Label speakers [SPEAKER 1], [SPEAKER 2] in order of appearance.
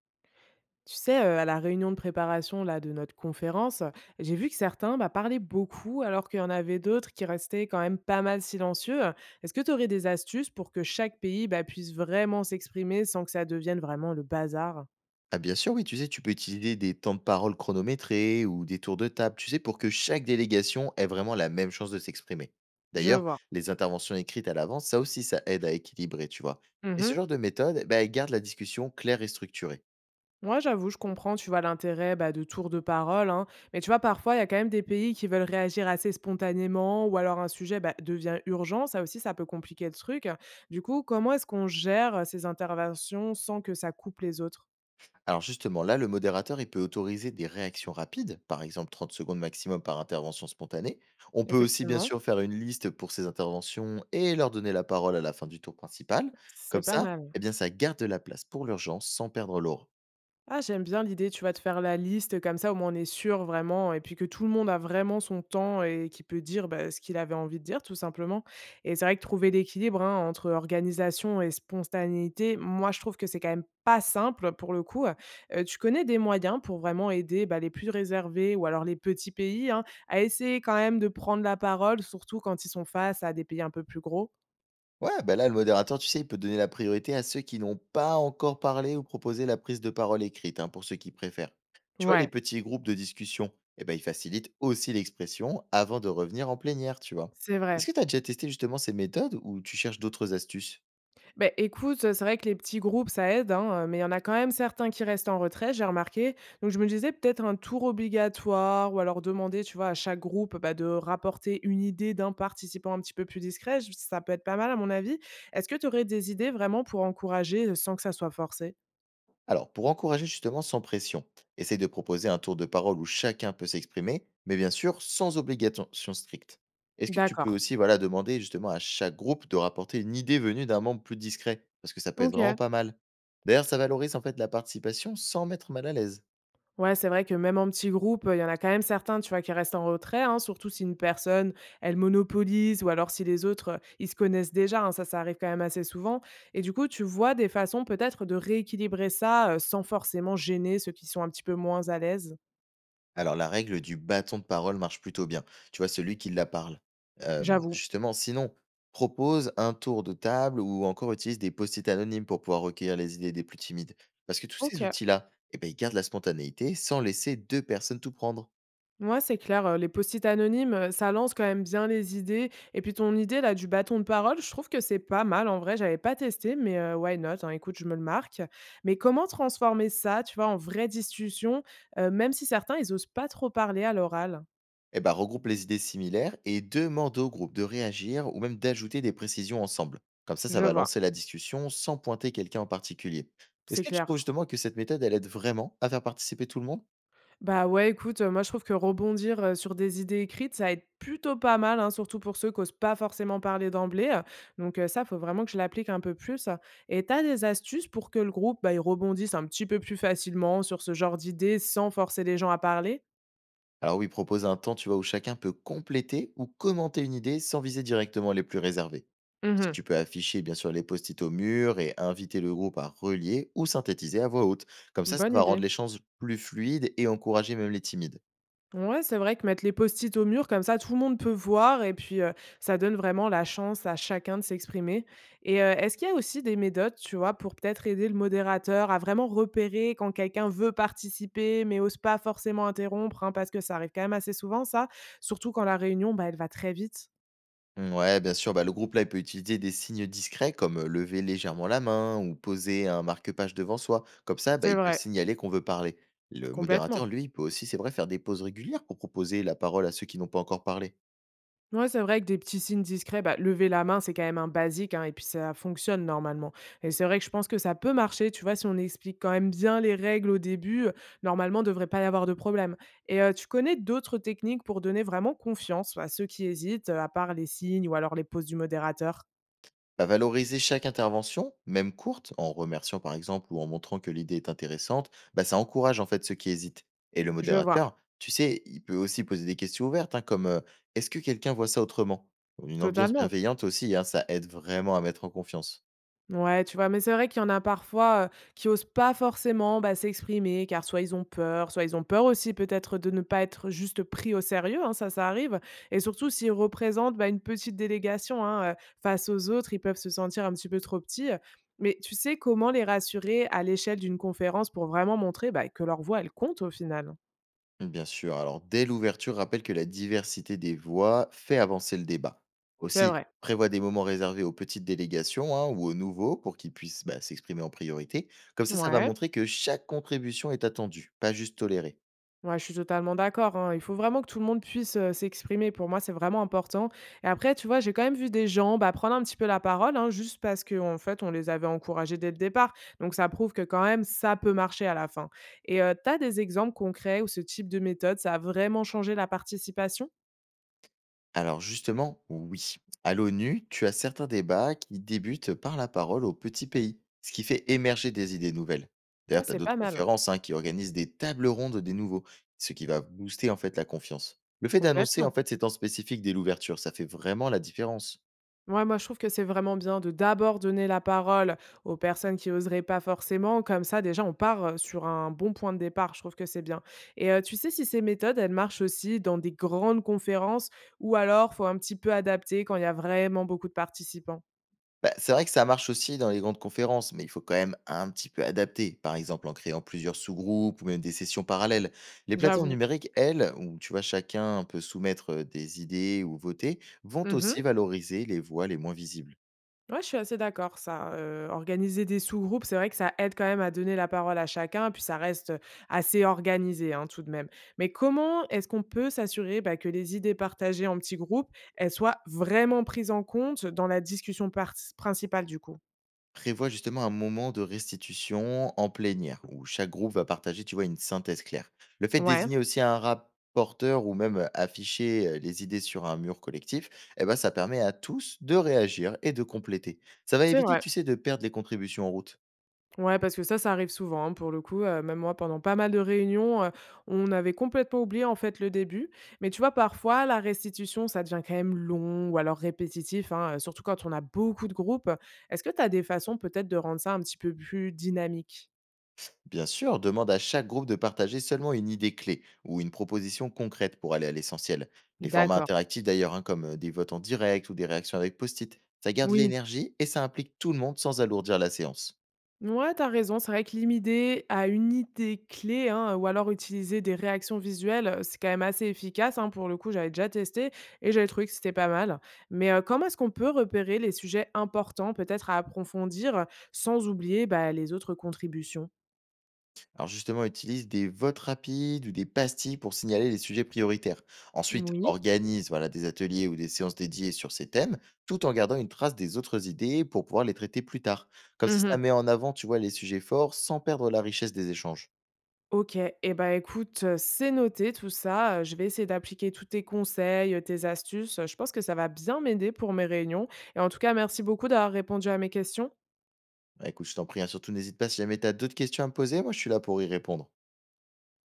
[SPEAKER 1] Tu sais, à la réunion de préparation là de notre conférence, j'ai vu que certains, parlaient beaucoup alors qu'il y en avait d'autres qui restaient quand même pas mal silencieux. Est-ce que tu aurais des astuces pour que chaque pays, puisse vraiment s'exprimer sans que ça devienne vraiment le bazar?
[SPEAKER 2] Ah bien sûr, oui, tu sais, tu peux utiliser des temps de parole chronométrés ou des tours de table, tu sais, pour que chaque délégation ait vraiment la même chance de s'exprimer.
[SPEAKER 1] Je
[SPEAKER 2] D'ailleurs,
[SPEAKER 1] vois.
[SPEAKER 2] les interventions écrites à l'avance, ça aussi, ça aide à équilibrer, tu vois. Et ce
[SPEAKER 1] Mmh.
[SPEAKER 2] genre de méthode, bah, elle garde la discussion claire et structurée.
[SPEAKER 1] Moi, j'avoue, je comprends, tu vois, l'intérêt, de tours de parole, hein. Mais tu vois, parfois, il y a quand même des pays qui veulent réagir assez spontanément ou alors un sujet, devient urgent. Ça aussi, ça peut compliquer le truc. Du coup, comment est-ce qu'on gère, ces interventions sans que ça coupe les autres?
[SPEAKER 2] Alors justement, là, le modérateur, il peut autoriser des réactions rapides, par exemple 30 secondes maximum par intervention spontanée. On peut aussi, bien
[SPEAKER 1] Effectivement,
[SPEAKER 2] sûr, faire une liste pour ces interventions et leur donner la parole à la fin du tour principal.
[SPEAKER 1] c'est
[SPEAKER 2] Comme
[SPEAKER 1] pas
[SPEAKER 2] ça,
[SPEAKER 1] mal.
[SPEAKER 2] eh bien, ça garde de la place pour l'urgence sans perdre l'ordre.
[SPEAKER 1] Ah, j'aime bien l'idée, tu vas te faire la liste comme ça, au moins on est sûr vraiment et puis que tout le monde a vraiment son temps et qui peut dire, ce qu'il avait envie de dire tout simplement. Et c'est vrai que trouver l'équilibre, hein, entre organisation et spontanéité, moi je trouve que c'est quand même pas simple pour le coup. Tu connais des moyens pour vraiment aider, les plus réservés ou alors les petits pays, hein, à essayer quand même de prendre la parole, surtout quand ils sont face à des pays un peu plus gros?
[SPEAKER 2] Ouais, bah là, le modérateur, tu sais, il peut donner la priorité à ceux qui n'ont pas encore parlé ou proposé la prise de parole écrite, hein, pour ceux qui préfèrent. Tu vois, les
[SPEAKER 1] Ouais,
[SPEAKER 2] petits groupes de discussion, eh ben, ils facilitent aussi l'expression avant de revenir en plénière, tu vois.
[SPEAKER 1] c'est vrai.
[SPEAKER 2] Est-ce que tu as déjà testé justement ces méthodes ou tu cherches d'autres astuces?
[SPEAKER 1] Ben écoute, c'est vrai que les petits groupes ça aide, hein, mais il y en a quand même certains qui restent en retrait, j'ai remarqué. Donc je me disais peut-être un tour obligatoire ou alors demander, tu vois, à chaque groupe, de rapporter une idée d'un participant un petit peu plus discret, j ça peut être pas mal à mon avis. Est-ce que tu aurais des idées vraiment pour encourager, sans que ça soit forcé?
[SPEAKER 2] Alors, pour encourager justement sans pression, essaye de proposer un tour de parole où chacun peut s'exprimer, mais bien sûr sans obligation stricte. Est-ce que tu peux
[SPEAKER 1] D'accord.
[SPEAKER 2] aussi voilà, demander justement à chaque groupe de rapporter une idée venue d'un membre plus discret? Parce que ça peut être vraiment
[SPEAKER 1] OK.
[SPEAKER 2] pas mal. D'ailleurs, ça valorise en fait la participation sans mettre mal à l'aise.
[SPEAKER 1] Ouais, c'est vrai que même en petit groupe, il y en a quand même certains, tu vois, qui restent en retrait, hein, surtout si une personne, elle monopolise ou alors si les autres, ils se connaissent déjà, hein, ça arrive quand même assez souvent. Et du coup, tu vois des façons peut-être de rééquilibrer ça, sans forcément gêner ceux qui sont un petit peu moins à l'aise?
[SPEAKER 2] Alors la règle du bâton de parole marche plutôt bien, tu vois? Celui qui la parle.
[SPEAKER 1] J'avoue.
[SPEAKER 2] Justement, sinon, propose un tour de table ou encore utilise des post-it anonymes pour pouvoir recueillir les idées des plus timides. Parce que tous ces
[SPEAKER 1] OK.
[SPEAKER 2] outils-là, eh ben, ils gardent la spontanéité sans laisser 2 personnes tout prendre.
[SPEAKER 1] Ouais, c'est clair, les post-it anonymes, ça lance quand même bien les idées et puis ton idée là du bâton de parole, je trouve que c'est pas mal en vrai, j'avais pas testé mais why not, hein, écoute, je me le marque. Mais comment transformer ça, tu vois, en vraie discussion, même si certains ils osent pas trop parler à l'oral?
[SPEAKER 2] Eh ben, regroupe les idées similaires et demande au groupe de réagir ou même d'ajouter des précisions ensemble. Comme ça
[SPEAKER 1] Je
[SPEAKER 2] va
[SPEAKER 1] vois.
[SPEAKER 2] lancer la discussion sans pointer quelqu'un en particulier. Est-ce
[SPEAKER 1] C'est
[SPEAKER 2] que tu trouves
[SPEAKER 1] clair.
[SPEAKER 2] justement que cette méthode, elle aide vraiment à faire participer tout le monde?
[SPEAKER 1] Bah, ouais, écoute, moi, je trouve que rebondir, sur des idées écrites, ça aide plutôt pas mal, hein, surtout pour ceux qui qu'osent pas forcément parler d'emblée, donc ça, faut vraiment que je l'applique un peu plus. Et t'as des astuces pour que le groupe, il rebondisse un petit peu plus facilement sur ce genre d'idées sans forcer les gens à parler?
[SPEAKER 2] Alors oui, propose un temps, tu vois, où chacun peut compléter ou commenter une idée sans viser directement les plus réservés. Si
[SPEAKER 1] Mmh.
[SPEAKER 2] tu peux afficher bien sûr les post-it au mur et inviter le groupe à relier ou synthétiser à voix haute. Comme ça
[SPEAKER 1] Bonne
[SPEAKER 2] va rendre
[SPEAKER 1] idée.
[SPEAKER 2] l'échange plus fluide et encourager même les timides.
[SPEAKER 1] Ouais, c'est vrai que mettre les post-it au mur comme ça, tout le monde peut voir et puis, ça donne vraiment la chance à chacun de s'exprimer. Et est-ce qu'il y a aussi des méthodes, tu vois, pour peut-être aider le modérateur à vraiment repérer quand quelqu'un veut participer mais ose pas forcément interrompre, hein? Parce que ça arrive quand même assez souvent ça, surtout quand la réunion, elle va très vite.
[SPEAKER 2] Mmh, ouais, bien sûr, bah, le groupe là, il peut utiliser des signes discrets comme lever légèrement la main ou poser un marque-page devant soi. Comme ça, bah,
[SPEAKER 1] C'est
[SPEAKER 2] ils peuvent
[SPEAKER 1] vrai,
[SPEAKER 2] signaler qu'on veut parler. Le
[SPEAKER 1] complètement.
[SPEAKER 2] modérateur, lui, il peut aussi, c'est vrai, faire des pauses régulières pour proposer la parole à ceux qui n'ont pas encore parlé.
[SPEAKER 1] Ouais, c'est vrai que des petits signes discrets, lever la main, c'est quand même un basique, hein, et puis ça fonctionne normalement. Et c'est vrai que je pense que ça peut marcher, tu vois, si on explique quand même bien les règles au début, normalement, devrait pas y avoir de problème. Et tu connais d'autres techniques pour donner vraiment confiance à ceux qui hésitent, à part les signes ou alors les pauses du modérateur?
[SPEAKER 2] Bah, valoriser chaque intervention, même courte, en remerciant par exemple ou en montrant que l'idée est intéressante, bah, ça encourage en fait ceux qui hésitent. Et le
[SPEAKER 1] Je vois,
[SPEAKER 2] modérateur, tu sais, il peut aussi poser des questions ouvertes, hein, comme est-ce que quelqu'un voit ça autrement? Une ambiance
[SPEAKER 1] totalement.
[SPEAKER 2] bienveillante aussi, hein, ça aide vraiment à mettre en confiance.
[SPEAKER 1] Ouais, tu vois? Mais c'est vrai qu'il y en a parfois, qui osent pas forcément, s'exprimer car soit ils ont peur, soit ils ont peur aussi peut-être de ne pas être juste pris au sérieux, hein, ça arrive. Et surtout s'ils représentent, une petite délégation, hein, face aux autres, ils peuvent se sentir un petit peu trop petits, mais tu sais comment les rassurer à l'échelle d'une conférence pour vraiment montrer, que leur voix elle compte au final?
[SPEAKER 2] Bien sûr. Alors, dès l'ouverture, rappelle que la diversité des voix fait avancer le débat.
[SPEAKER 1] C'est
[SPEAKER 2] Aussi,
[SPEAKER 1] vrai.
[SPEAKER 2] prévoit des moments réservés aux petites délégations, hein, ou aux nouveaux pour qu'ils puissent, bah, s'exprimer en priorité. Comme ça va
[SPEAKER 1] Ouais.
[SPEAKER 2] montrer que chaque contribution est attendue, pas juste tolérée.
[SPEAKER 1] Ouais, je suis totalement d'accord, hein. Il faut vraiment que tout le monde puisse, s'exprimer. Pour moi, c'est vraiment important. Et après, tu vois, j'ai quand même vu des gens, prendre un petit peu la parole, hein, juste parce que en fait, on les avait encouragés dès le départ. Donc ça prouve que quand même, ça peut marcher à la fin. Et tu as des exemples concrets où ce type de méthode, ça a vraiment changé la participation?
[SPEAKER 2] Alors justement, oui. À l'ONU, tu as certains débats qui débutent par la parole aux petits pays, ce qui fait émerger des idées nouvelles.
[SPEAKER 1] Ah,
[SPEAKER 2] D'ailleurs, tu as
[SPEAKER 1] c'est pas
[SPEAKER 2] d'autres
[SPEAKER 1] mal, hein.
[SPEAKER 2] conférences, hein, qui organisent des tables rondes des nouveaux, ce qui va booster en fait la confiance. Le fait d'annoncer en
[SPEAKER 1] Complètement.
[SPEAKER 2] fait ces temps spécifiques dès l'ouverture, ça fait vraiment la différence.
[SPEAKER 1] Ouais, moi, je trouve que c'est vraiment bien de d'abord donner la parole aux personnes qui oseraient pas forcément. Comme ça, déjà, on part sur un bon point de départ. Je trouve que c'est bien. Et tu sais si ces méthodes, elles marchent aussi dans des grandes conférences ou alors faut un petit peu adapter quand il y a vraiment beaucoup de participants?
[SPEAKER 2] Bah, c'est vrai que ça marche aussi dans les grandes conférences, mais il faut quand même un petit peu adapter, par exemple en créant plusieurs sous-groupes ou même des sessions parallèles. Les plateformes
[SPEAKER 1] J'avoue.
[SPEAKER 2] numériques, elles, où tu vois chacun peut soumettre des idées ou voter, vont aussi
[SPEAKER 1] Mhm.
[SPEAKER 2] valoriser les voix les moins visibles.
[SPEAKER 1] Ouais, je suis assez d'accord ça, organiser des sous-groupes, c'est vrai que ça aide quand même à donner la parole à chacun, puis ça reste, assez organisé, hein, tout de même. Mais comment est-ce qu'on peut s'assurer, que les idées partagées en petits groupes, elles soient vraiment prises en compte dans la discussion parti principale du coup?
[SPEAKER 2] Prévois justement un moment de restitution en plénière, où chaque groupe va partager, tu vois, une synthèse claire. Le fait de
[SPEAKER 1] Ouais,
[SPEAKER 2] désigner aussi un rapporteur ou même afficher les idées sur un mur collectif, eh ben, ça permet à tous de réagir et de compléter. Ça va
[SPEAKER 1] c'est
[SPEAKER 2] éviter,
[SPEAKER 1] vrai.
[SPEAKER 2] tu sais, de perdre les contributions en route.
[SPEAKER 1] Ouais, parce que ça arrive souvent, hein, pour le coup, même moi pendant pas mal de réunions, on avait complètement oublié, en fait, le début. Mais tu vois, parfois, la restitution, ça devient quand même long ou alors répétitif, hein, surtout quand on a beaucoup de groupes. Est-ce que tu as des façons peut-être de rendre ça un petit peu plus dynamique?
[SPEAKER 2] Bien sûr, demande à chaque groupe de partager seulement une idée clé ou une proposition concrète pour aller à l'essentiel. Les formats
[SPEAKER 1] D'accord.
[SPEAKER 2] interactifs d'ailleurs, hein, comme des votes en direct ou des réactions avec post-it, ça garde
[SPEAKER 1] Oui.
[SPEAKER 2] l'énergie et ça implique tout le monde sans alourdir la séance.
[SPEAKER 1] Ouais, t'as raison. C'est vrai que limiter à une idée clé, hein, ou alors utiliser des réactions visuelles, c'est quand même assez efficace, hein. Pour le coup, j'avais déjà testé et j'avais trouvé que c'était pas mal. Mais, comment est-ce qu'on peut repérer les sujets importants, peut-être à approfondir, sans oublier, les autres contributions?
[SPEAKER 2] Alors justement, utilise des votes rapides ou des pastilles pour signaler les sujets prioritaires. Ensuite,
[SPEAKER 1] Oui.
[SPEAKER 2] organise voilà, des ateliers ou des séances dédiées sur ces thèmes, tout en gardant une trace des autres idées pour pouvoir les traiter plus tard. Comme ça
[SPEAKER 1] Mmh.
[SPEAKER 2] met en avant, tu vois, les sujets forts sans perdre la richesse des échanges.
[SPEAKER 1] OK, et ben, écoute, c'est noté tout ça, je vais essayer d'appliquer tous tes conseils, tes astuces, je pense que ça va bien m'aider pour mes réunions et en tout cas, merci beaucoup d'avoir répondu à mes questions.
[SPEAKER 2] Bah, écoute, je t'en prie, hein, surtout n'hésite pas si jamais tu as d'autres questions à me poser, moi je suis là pour y répondre.